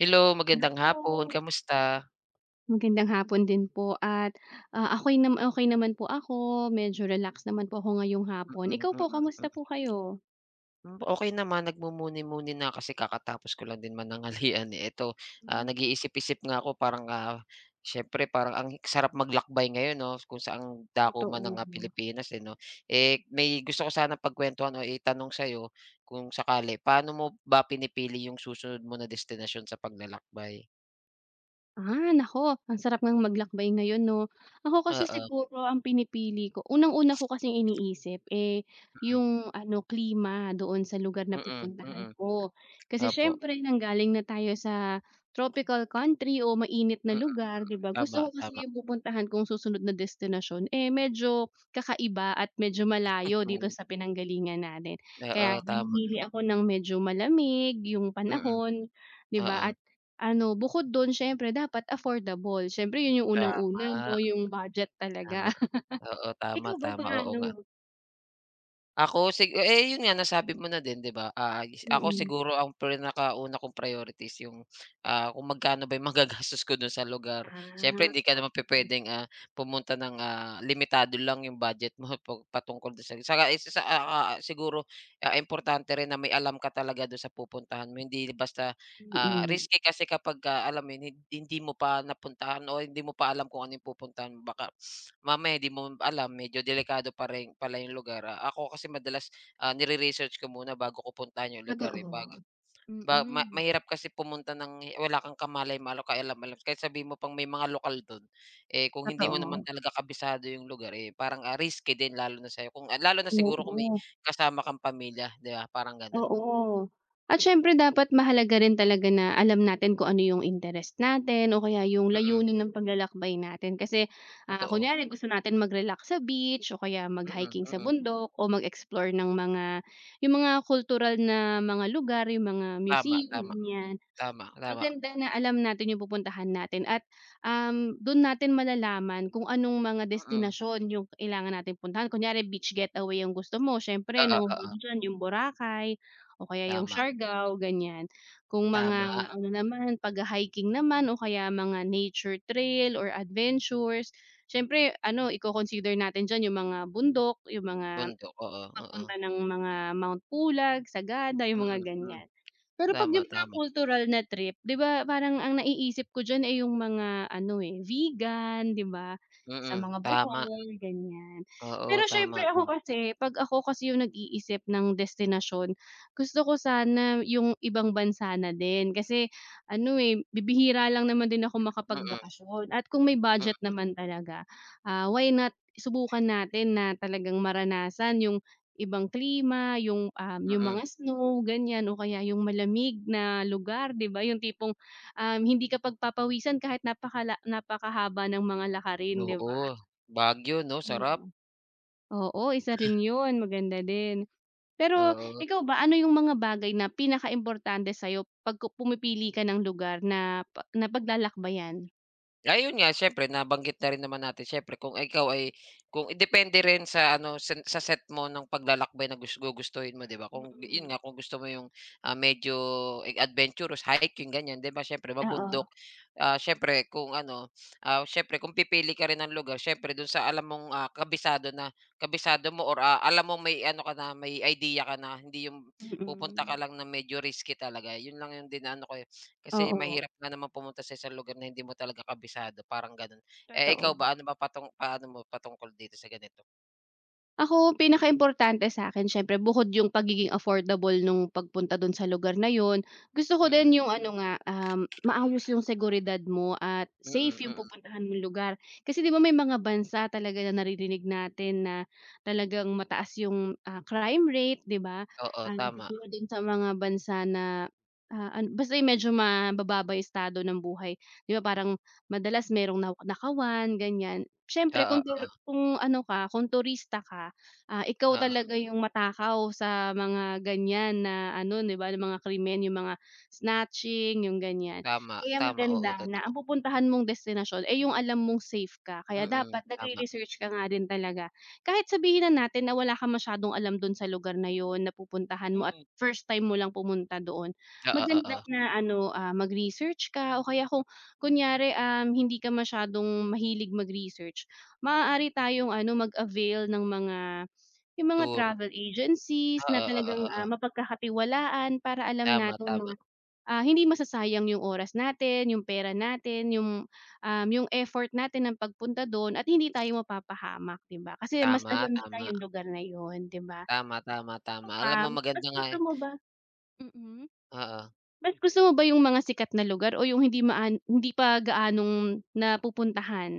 Hello, Hello magandang po. hapon, kamusta? Magandang hapon din po at, ako'y okey naman po ako, medyo relax naman po ako ngayong hapon. Mm, Ikaw mm, po, mm. kamusta po Mm. kayo? Hmm, okey naman, nagmumuni-muni na kasi kakatapos ko lang din mananghalian, eh, eto, ah, Hmm, nag-iisip-isip nga ako parang, ah, siyempre parang ang sarap maglakbay ngayon 'no, kung saang dako man ng, totoo. ah, Pilipinas, eh, 'no. Eh, may gusto ko sanang pagkuwentuhan o itanong sa'yo kung sakali, paano mo ba pinipili yung susunod mo na destinasyon sa paglalakbay? Ah, naku ang sarap ngang maglakbay ngayon 'no. Ako kasi Oo, siguro ang pinipili ko unang-una ko kasing iniisip, eh, mm, yung ano klima doon sa lugar na mm, pupuntahan mm, ko. Kasi opo, siyempre nanggaling na tayo sa tropical country o mainit na mm, lugar 'di ba, tama, gusto ko tama, kasi yung pupuntahan kong susunod na destinasyon, eh, medyo kakaiba at medyo malayo dito mm, sa pinanggalingan natin. oo, Kaya tama, namili ako ng medyo malamig yung mm. panahon 'di ba Oo, at ano, bukod dun siyempre dapat affordable, siyempre yun yung unang-una 'no, tama, yung budget talaga. tama. Oo, tama, Ikaw ba tama, oo nga. paano? Ako, eh, yun nga nasabi mo na din, 'di ba, ah, ako Mm. siguro ang pinakauna kong priorities yung, ah, kung magkano ba yung magagastos ko dun sa lugar. Siyempre Ah, hindi ka naman oo. pupuwedeng, ah, pumunta ng, ah, limitado lang yung budget mo pag patungkol dun sa, saka isa sa, ah, siguro, ah, importante rin na may alam ka talaga dun sa pupuntahan mo, hindi basta. Ah, Mm, risky kasi kapagka alam mo yun, hindi mo pa napuntahan o hindi mo pa alam kung ano yung pupuntahan mo, baka mamaya hindi mo alam medyo delikado pa rin pala yung lugar. Ah, ako kasi madalas, ah, nire-research ko muna bago ko puntahan yung lugar, eh, totoo. bago ba ma Mm. mahirap kasi pumunta ng wala kang kamalay ka alam alam kahit sabi mo pang may mga lokal dun, eh, kung hindi mo naman Totoo, talaga kabisado yung lugar, eh, parang, ah, risky din lalo na sa'yo kung, ah, lalo na siguro kung may oo. kasama kang pamilya, 'di ba, parang ganun. Oo. At siyempre dapat mahalaga rin talaga na alam natin kung ano yung interest natin o kaya yung Mm, layunin ng paglalakbay natin. Kasi, totoo. kunyari gusto natin mag-relax sa beach o kaya Mm, mag-hiking sa mm, bundok o mag-explore ng mga yung mga cultural na mga lugar, yung mga tama, museum, tama. ganyan. Tama, tama. Maganda na alam natin yung pupuntahan natin at, dun natin malalaman kung anong mga Mm. destinasyon yung kailangan nating puntahan. Kunyari beach getaway yung gusto mo, siyempre Oo, oo. nangungulo diyan yung Boracay o kaya yung Tama, Siargao, ganyan. Kung tama. mga ano naman, pagha-hiking naman o kaya mga nature trail or adventures, siyempre ano, iko-consider natin dyan yung mga bundok, yung mga Bundok, oo, oo. pagpunta ng mga Mount Pulag, Sagada, yung mga Mm, mm. ganyan. Pero 'pag Tama, yung mga tama. cultural na trip, 'di ba parang ang naiisip ko diyan ay yung mga ano, eh, vegan, 'di ba, sa Mm, mga tama. Bohol, ganyan. Oo, Pero tama, siyempre ako kasi 'pag ako kasi yung nag-iisip ng destinasyon, gusto ko sana yung ibang bansa na din kasi ano, eh, bibihira lang naman din ako mm, makapagbakasyon at kung may mm, budget naman talaga, why not subukan natin na talagang maranasan yung ibang klima, yung mm. mga snow ganyan o kaya yung malamig na lugar 'di ba, yung tipong, hindi ka pagpapawisan kahit napakahaba ng mga lakarin 'di ba? Oo, Baguio 'no, sarap. Mm. Oo, isa rin 'yun, maganda din. Pero Oo. ikaw ba, ano yung mga bagay na pinakaimportante sa'yo 'pag pumipili ka ng lugar na na paglalakbayan? Ayun nga, siyempre nabanggit na rin naman natin, siyempre kung ikaw ay kung depende rin sa ano, sa set mo ng paglalakbay na gugustuhin mo, 'di ba? Kung yun Mm. nga kung gusto mo yung, ah, medyo eh, adventurous, hiking ganyan, 'di ba siyempre Oo. mabundok, ah, siyempre kung ano, ah, siyempre kung pipili ka rin ng lugar siyempre dun sa alam mong, ah, kabisado na kabisado mo, or, ah, alam mo may ano ka na, may idea ka na, hindi yung pupunta ka Mm. lang na medyo risky talaga. Yun lang yung dinano ko, eh, kasi Oo. mahirap nga naman pumunta sa isang lugar na hindi mo talaga kabisado, parang gano'n. Eh, ikaw Totoo. ba, ano ba, paano mo patungkol dito sa ganito? Ako, pinakaimportante sa akin, siyempre bukod yung pagiging affordable nung pagpunta dun sa lugar na yon. Gusto ko Mm, din yung ano nga, maayos yung seguridad mo at safe mm, yung mm. pupuntahan mong lugar. Kasi 'di ba may mga bansa talaga na naririnig natin na talagang mataas yung, crime rate, 'di ba? Oo, Ang tama. katulad din sa mga bansa na, ah, an basta yung medyo mabababa yung estado ng buhay. 'Di ba parang madalas merong nakawan, ganyan. Siyempre Oo, kung ano ka, kung turista ka ikaw oo, talaga yung matakaw sa mga ganyan na ano 'di ba, na mga krimen, yung mga snatching, yung ganyan. tama, Kaya tama, oo, maganda na totoo. ang pupuntahan mong destinasyon, eh, yung alam mong safe ka. Kaya Mm, dapat tama. nagre-research ka nga din talaga. Kahit sabihin na natin na wala ka masyadong alam dun sa lugar na yon na pupuntahan mo at Mm. first time mo lang pumunta doon. Oo, Maganda oo, na ano, mag-research ka o kaya kung kunyari, hindi ka masyadong mahilig mag-research, maaari tayong ano, mag-avail ng mga yung mga tour. travel agencies na Oo, oo, talagang, oo. Mapagkakatiwalaan para alam Tama, natin na, tama. Hindi masasayang yung oras natin, yung pera natin, yung effort natin ng pagpunta don at hindi tayo mapapahamak, 'di ba? Kasi mas Tama, alam nila tama. yung lugar na yun, 'di ba? Tama, tama, Ikaw tama. ba, Alam mo mas maganda nga, gusto eh, mo ba mm. oo. Mas gusto mo ba yung mga sikat na lugar o yung hindi maan hindi pa gaanong napupuntahan?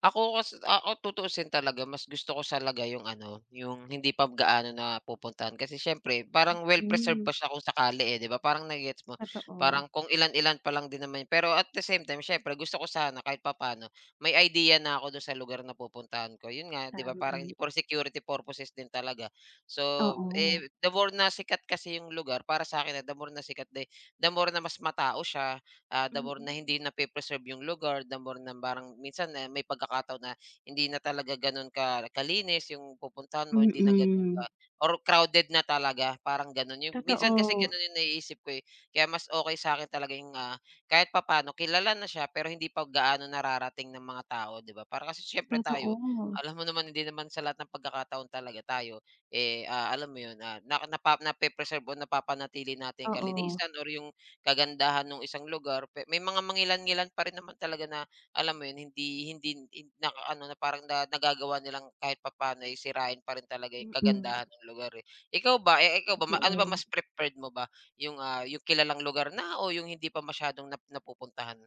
Ako, tutuusin talaga mas gusto ko talaga yung ano, yung hindi pa gaano napupuntahan, kasi siyempre parang well preserved Hmm, pa siya kung sakali, eh, 'di ba? Parang nagets mo? totoo, Parang kung ilan-ilan pa lang din naman, pero at the same time siyempre gusto ko sana kahit papaano may idea na ako dun sa lugar na pupuntahan ko. Yun nga, 'di ba, tama. parang for security purposes din talaga. So, Oo. eh, the more na sikat kasi yung lugar para sa'kin, ah, the more na sikat, the more na mas matao siya, ah, the more na Mm. hindi nape-preserve yung lugar, the more na parang minsan, eh, may pagkakataon na hindi na talaga gano'n ka kalinis yung pupuntahan mo, hindi na gano'n ka Mm. or crowded na talaga, parang gano'n. Yung minsan Totoo, kasi gano'n yung naiisip ko, eh, kaya mas okay sa akin talaga yung, ah, kahit papaano kilala na siya pero hindi pa gaano nararating ng mga tao, 'di ba? Para kasi siyempre totoo. tayo, alam mo naman, hindi naman sa lahat ng pagkakataon talaga tayo, eh, ah, alam mo 'yun, ah, na napa nape-preserve o napapanatili natin yung Oo. kalinisan or yung kagandahan ng isang lugar, pe may mga mangilan-ngilan pa rin naman talaga na alam mo yun, hindi hindi hin na ano, na parang na nagagawa nilang kahit papaano, eh, sirain pa rin talaga yung Mm, kagandahan ng lugar, eh. Ikaw ba, eh, ikaw ba, ano ba totoo. mas preferred mo ba yung, ah, yung kilalang lugar na, o yung hindi pa masyadong napupuntahan?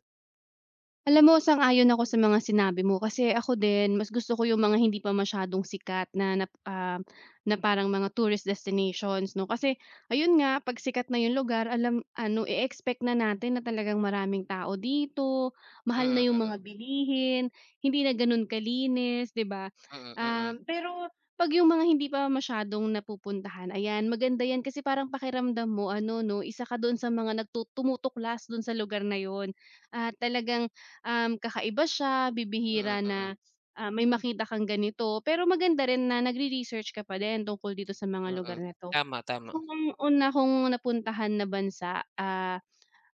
Alam mo sang-ayon ako sa mga sinabi mo kasi ako din mas gusto ko yung mga hindi pa masyadong sikat na parang mga tourist destinations 'no. Kasi ayun nga 'pag sikat na yung lugar alam ano i-expect na natin na talagang maraming tao dito, mahal na Mm, yung mga mm. bilihin, hindi na gano'n kalinis 'di ba? Mm, mm. Pero 'pag yung mga hindi pa masyadong napupuntahan ayan maganda yan kasi parang pakiramdam mo ano 'no, isa ka do'n sa mga tumutuklas do'n sa lugar na yon at talagang kakaiba siya, Mm, bibihira mm. na, may makita kang ganito. Pero maganda rin na nagre-research ka pa din tungkol dito sa mga Mm. lugar na 'to. Tama, tama. Ako ang una kong napuntahan na bansa, ah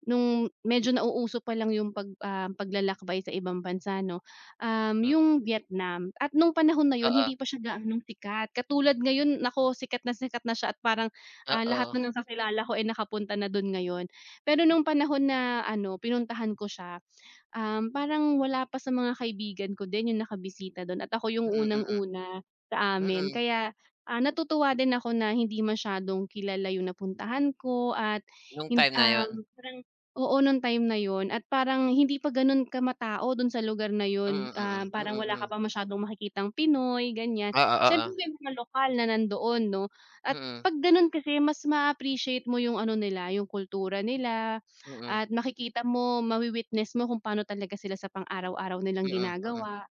Nung medyo nauuso pa lang yung paglalakbay sa ibang bansa 'no, Hmm, yung Vietnam at nung panahon na yun oo, hindi pa siya gaanong sikat. Katulad ngayon naku sikat na siya at parang, lahat oo. na ng kakilala ko, eh, nakapunta na dun ngayon. Pero nung panahon na ano pinuntahan ko siya, parang wala pa sa mga kaibigan ko din yung nakabisita dun at ako yung Mm, mm. unang-una sa amin. Mm. Kaya, natutuwa din ako na hindi masyadong kilala yung napuntahan ko at Nung hin time na yun. um, parang Oo, nung time na yun at parang hindi pa ganun kamatao dun sa lugar na yun, Mm, mm. parang Mm, wala ka mm. pa masyadong makikitang Pinoy, ganyan. Oo, oo, oo. Siyempre may mga lokal na nandoon 'no, at Mm, 'pag ganun kasi mas appreciate mo yung ano nila, yung kultura nila mm. at makikita mo, mawi-witness mo kung paano talaga sila sa pang-araw-araw nilang Mm, mm. Mm. ginagawa.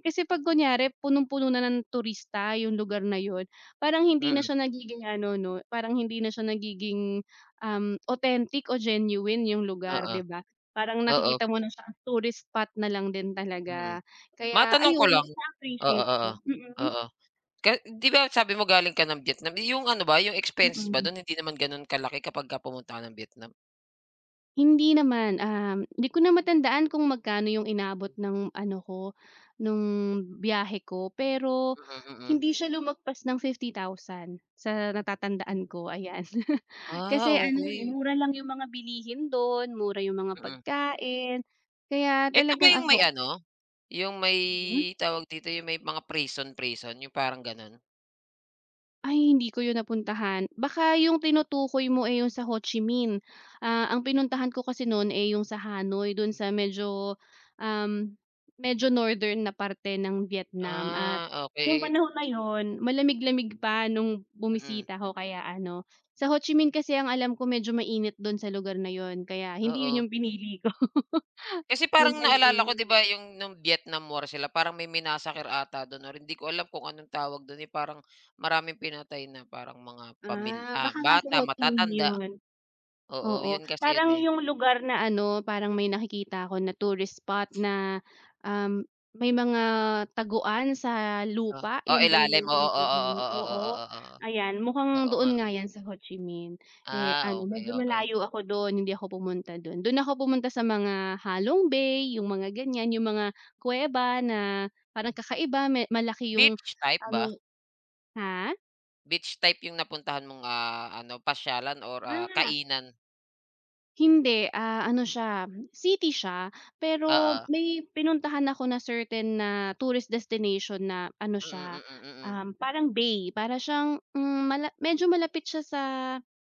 Kasi 'pag kunyari punong-puno na ng turista yung lugar na yun, parang hindi Mm, na siya nagiging ano 'no, parang hindi na siya nagiging authentic o genuine yung lugar, oo, 'di ba? Parang oo, nakikita mo na siyang tourist spot na lang din mm. talaga. Kaya Matanong ayun, ko lang, mas oo, na-appreciate oo, ko. Mm, oo. Ka 'Di ba sabi mo galing ka ng Vietnam, yung ano ba, yung expenses ba mm. dun hindi naman ganun kalaki kapagka pumunta ka ng Vietnam? Hindi naman, di ko na matandaan kung magkano yung inabot ng ano ko, nung biyahe ko, pero Mm, mm. hindi siya lumagpas ng 50,000 sa natatandaan ko, ayan. Ah, Kasi ano, eh, okey, mura lang yung mga bilihin do'n, mura yung mga mm. pagkain, kaya Ito ba talagang yung may ano. ano, yung may tawag dito, yung may mga prison-prison, yung parang ganun? Ay hindi ko 'yun napuntahan. Baka yung tinutukoy mo, eh, yung sa Ho Chi Minh. Ah, ang pinuntahan ko kasi no'n, eh, yung sa Hanoi dun sa um, medyo northern na parte ng Vietnam at Ah, nung okey, panahon na 'yun malamig-lamig pa nung mm, bumisita ako kaya ano sa Ho Chi Minh kasi ang alam ko medyo mainit do'n sa lugar na 'yun kaya hindi oo. 'yun yung pinili ko. Kasi 'Yun parang talaga naalala yung. ko, 'di ba yung nung Vietnam War sila, parang may minasakir ata dun, or hindi ko alam kung anong tawag dun, eh, parang maraming pinatay na parang mga Ah, baka nga sa bata, Ho Chi Minh matatanda, 'yun. oo Oo, yun kasi yun, parang eh. yung lugar na ano, parang may nakikita ako na tourist spot na, may mga taguan sa Ah, oh, lupa, oo yun ba yung ilalim, mga oo, oo, tinutukoy mo? oo, oo, Oo, oo, oo. ayan Oo, mukhang oo nga. doon nga yan sa Ho Chi Minh. Eh, Ah, ano okey, medyo okey. malayo ako dun, hindi ako pumunta dun. Dun ako pumunta sa mga Halong Bay, yung mga ganyan, yung mga kuweba na parang kakaiba, me malaki yung Beach type ba? ano ha? Beach type yung napuntahan mong, ah, ano, pasyalan or, ah, Ah. kainan? Hindi, ano siya, city siya, pero Oo. may pinuntahan ako na certain na tourist destination na ano Mm, mm, siya, mm. Mm, mm. Parang bay. Para siyang, medyo malapit siya sa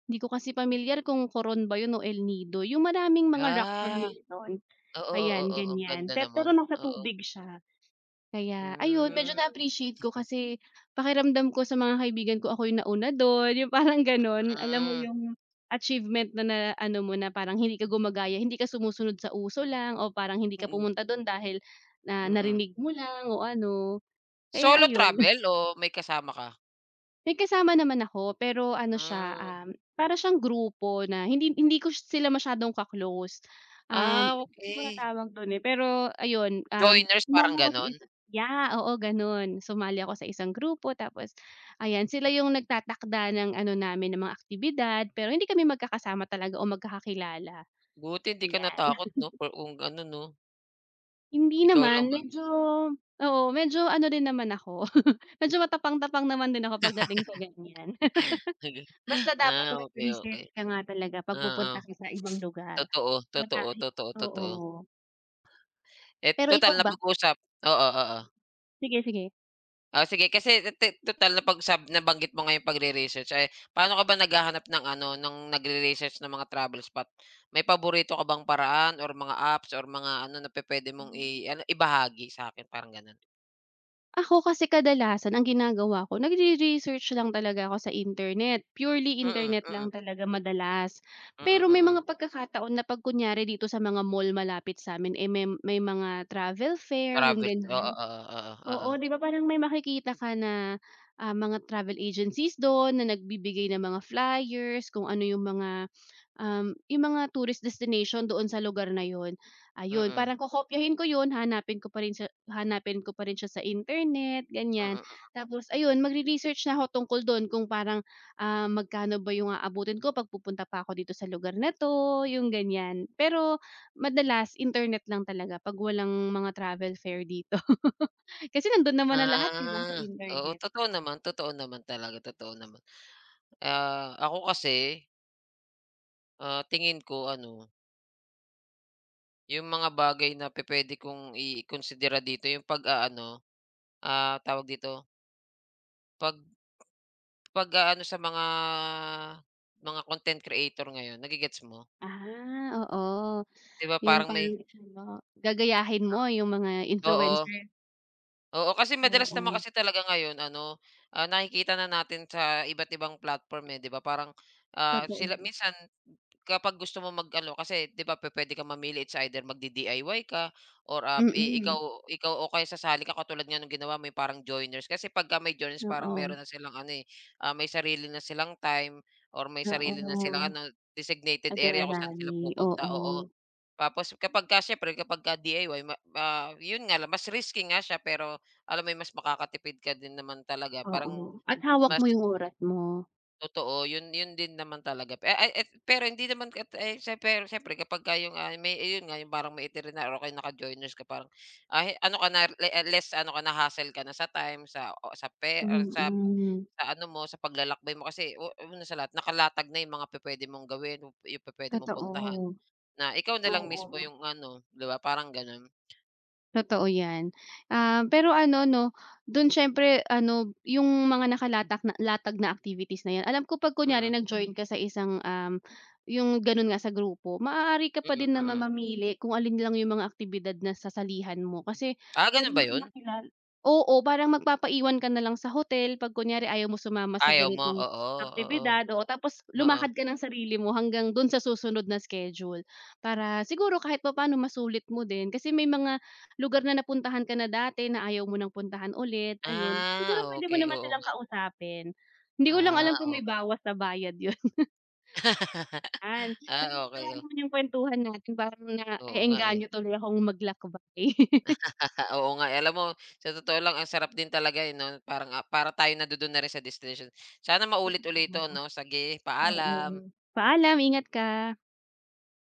hindi ko kasi pamilyar kung Coron ba yun o El Nido, yung maraming mga rock Ah, formation, oo, oo, ayan, oo, ang ganyan. ganda Pe naman, pero nasa oo. tubig siya. Kaya ayun, medyo Hmm. na-appreciate ko kasi pakiramdam ko sa mga kaibigan ko ako yung nauna don yung parang ganon. Alam mo Hmm. yung achievement na na ano mo na parang hindi ka gumagaya, hindi ka sumusunod sa uso lang o parang hindi ka Mm, pumunta don dahil na mm. narinig mo lang o ano, kaya Solo ayun. travel o may kasama ka? May kasama naman ako pero ano siya, Hmm, para siyang grupo na hindi hindi ko sila masyadong ka-close. ah, Hindi ko okey. matawag dun, eh, pero ayun, Joiners parang sumali ako sa gano'n? isa yeah, oo ganon. Sumali ako sa isang grupo tapos ayan, sila yung nagtatakda ng ano namin, ng mga aktibidad pero hindi kami magkakasama talaga o magkakakilala, Buti hindi ka ayan. natakot 'no, for kung ano 'no, Hindi ikaw lang naman, medyo oo, medyo ano din naman ako, medyo matapang-tapang naman din ako pagdating sa ganyan. Basta dapat ah, okey, mag-research okey, ka nga talaga 'pag oo. pupunta ka sa ibang lugar. Totoo, Para totoo, totoo, oo. totoo. Eh, Pero total ikaw ba? napag-usap, oo, oo. Sige, sige. Ah, sige kasi, total na pag sab nabanggit mo nga yung pagre-research, eh, paano ka ba naghahanap ng ano, ng nagre-research ng mga travel spot? May paborito ka bang paraan or mga apps or mga ano na pupuwede mong Mhm. i-ano, ibahagi sa akin parang gano'n? Ako kasi kadalasan ang ginagawa ko nagre-research lang talaga ako sa internet, purely Mm, internet lang mm, talaga madalas. mm, Pero may mm. Mm. mga pagkakataon na 'pag kunyari dito sa mga mall malapit sa'min, eh, may mga travel fair yung Travel, oo, ganyan. oo, oo, oo. Oo, 'di ba parang may makikita ka na, mga travel agencies don na nagbibigay ng mga flyers, kung ano yung mga tourist destination doon sa lugar na yun, Mm, ayun mm. parang kokopyahin ko yun, hanapin ko pa rin siya hahanapin ko pa rin siya sa internet, ganyan. Mm. Tapos ayun magre-research na ako tungkol dun kung parang, magkano ba yung aabutin ko 'pag pupunta pa ako dito sa lugar na 'to, yung ganyan. Pero madalas internet lang talaga 'pag walang mga travel fair dito. Kasi nandun naman na lahat 'di ba sa Ah, oo, internet? Totoo naman talaga, totoo naman. Ah, ako kasi, ah, tingin ko ano, yung mga bagay na pupuwede kong ikonsidera dito yung pag-aano. Ah, tawag dito, pag pag-aano sa mga content creator ngayon, nage-gets mo? Ah, oo, 'Di ba yung parang may, parang ano, gagayahin mo yung mga oo, influencer. oo, kasi madalas naman Oo, kasi talaga ngayon ano, ah, nakikita na natin sa iba't ibang platform, eh, 'di ba parang, ah, sila totoo. minsan. Kapag gusto mo mag-ano kasi, 'di ba pupuwede kang mamili, it's either magdi-DIY ka or, ah, i Mm, ikaw ikaw o kaya sasali ka katulad nga nung ginawa mo yung parang joiners. Kasi pagka may joiners parang meron oo, na silang ano, eh, ah, may sarili na silang time or may sarili na silang oo. ano, designated area kung saan sila Itinerary, pupunta, oo. oo, Tapos kapagka siyempre kapagka DIY, yun nga lang mas risky nga siya, pero alam mo yun mas makakatipid ka din naman talaga. oo. Parang At hawak mo mas yung oras mo. Totoo, yun yun din naman talaga, eh. ay at Pero hindi naman pero siyempre kapagka yung, ah, may ayun nga yung parang may itinerary o kaya naka-joiners ka parang, ah, ano ka na, less ano ka na, hassle ka na sa time, sa o sa pe or Mm, sa ano mo, sa paglalakbay mo kasi, una sa lahat nakalatag na yung mga pupuwede mong gawin, yung pupuwede mong puntahan, totoo, na ikaw na lang mismo oo. yung ano, 'di ba, parang gano'n. Totoo 'yan. Ah, pero ano 'no, do'n siyempre ano, yung mga nakalatak na latag na activities na 'yan, alam ko 'pag kunyari Mm, nag-join ka sa isang, yung gano'n nga sa grupo, maaari ka mm, pa din na mm. Mm. mamamili kung alin lang yung mga aktibidad na sasalihan mo kasi Ah, gano'n parang ba may yun? nakilala oo, parang magpapaiwan ka na lang sa hotel 'pag kunyari ayaw mo sumama sa Ayaw mo? ganitong Oo, oo, oo. aktibidad, oo, tapos Oo. lumakad ka ng sarili mo hanggang do'n sa susunod na schedule. Para siguro kahit pa paano masulit mo din kasi may mga lugar na napuntahan ka na dati na ayaw mo ng puntahan ulit, ayun. Siguro Ah, puwede mo okay naman oo silang nga. kausapin. Hindi ko lang Ah, alam kung may bawas na bayad yun. Yan, ah, nakakatuwa okay oh. naman yung kuwentuhan natin parang Oo nga, eh. naeengganyo tuloy akong maglakbay. Ah, oo nga, eh. Alam mo sa totoo lang ang sarap din talaga, eh, 'no? Parang, ah, para tayo nadudun na rin sa destinasyon. Sana maulit-ulit ito, 'no? Sige, Oo, oo. paalam. Paalam, ingat ka.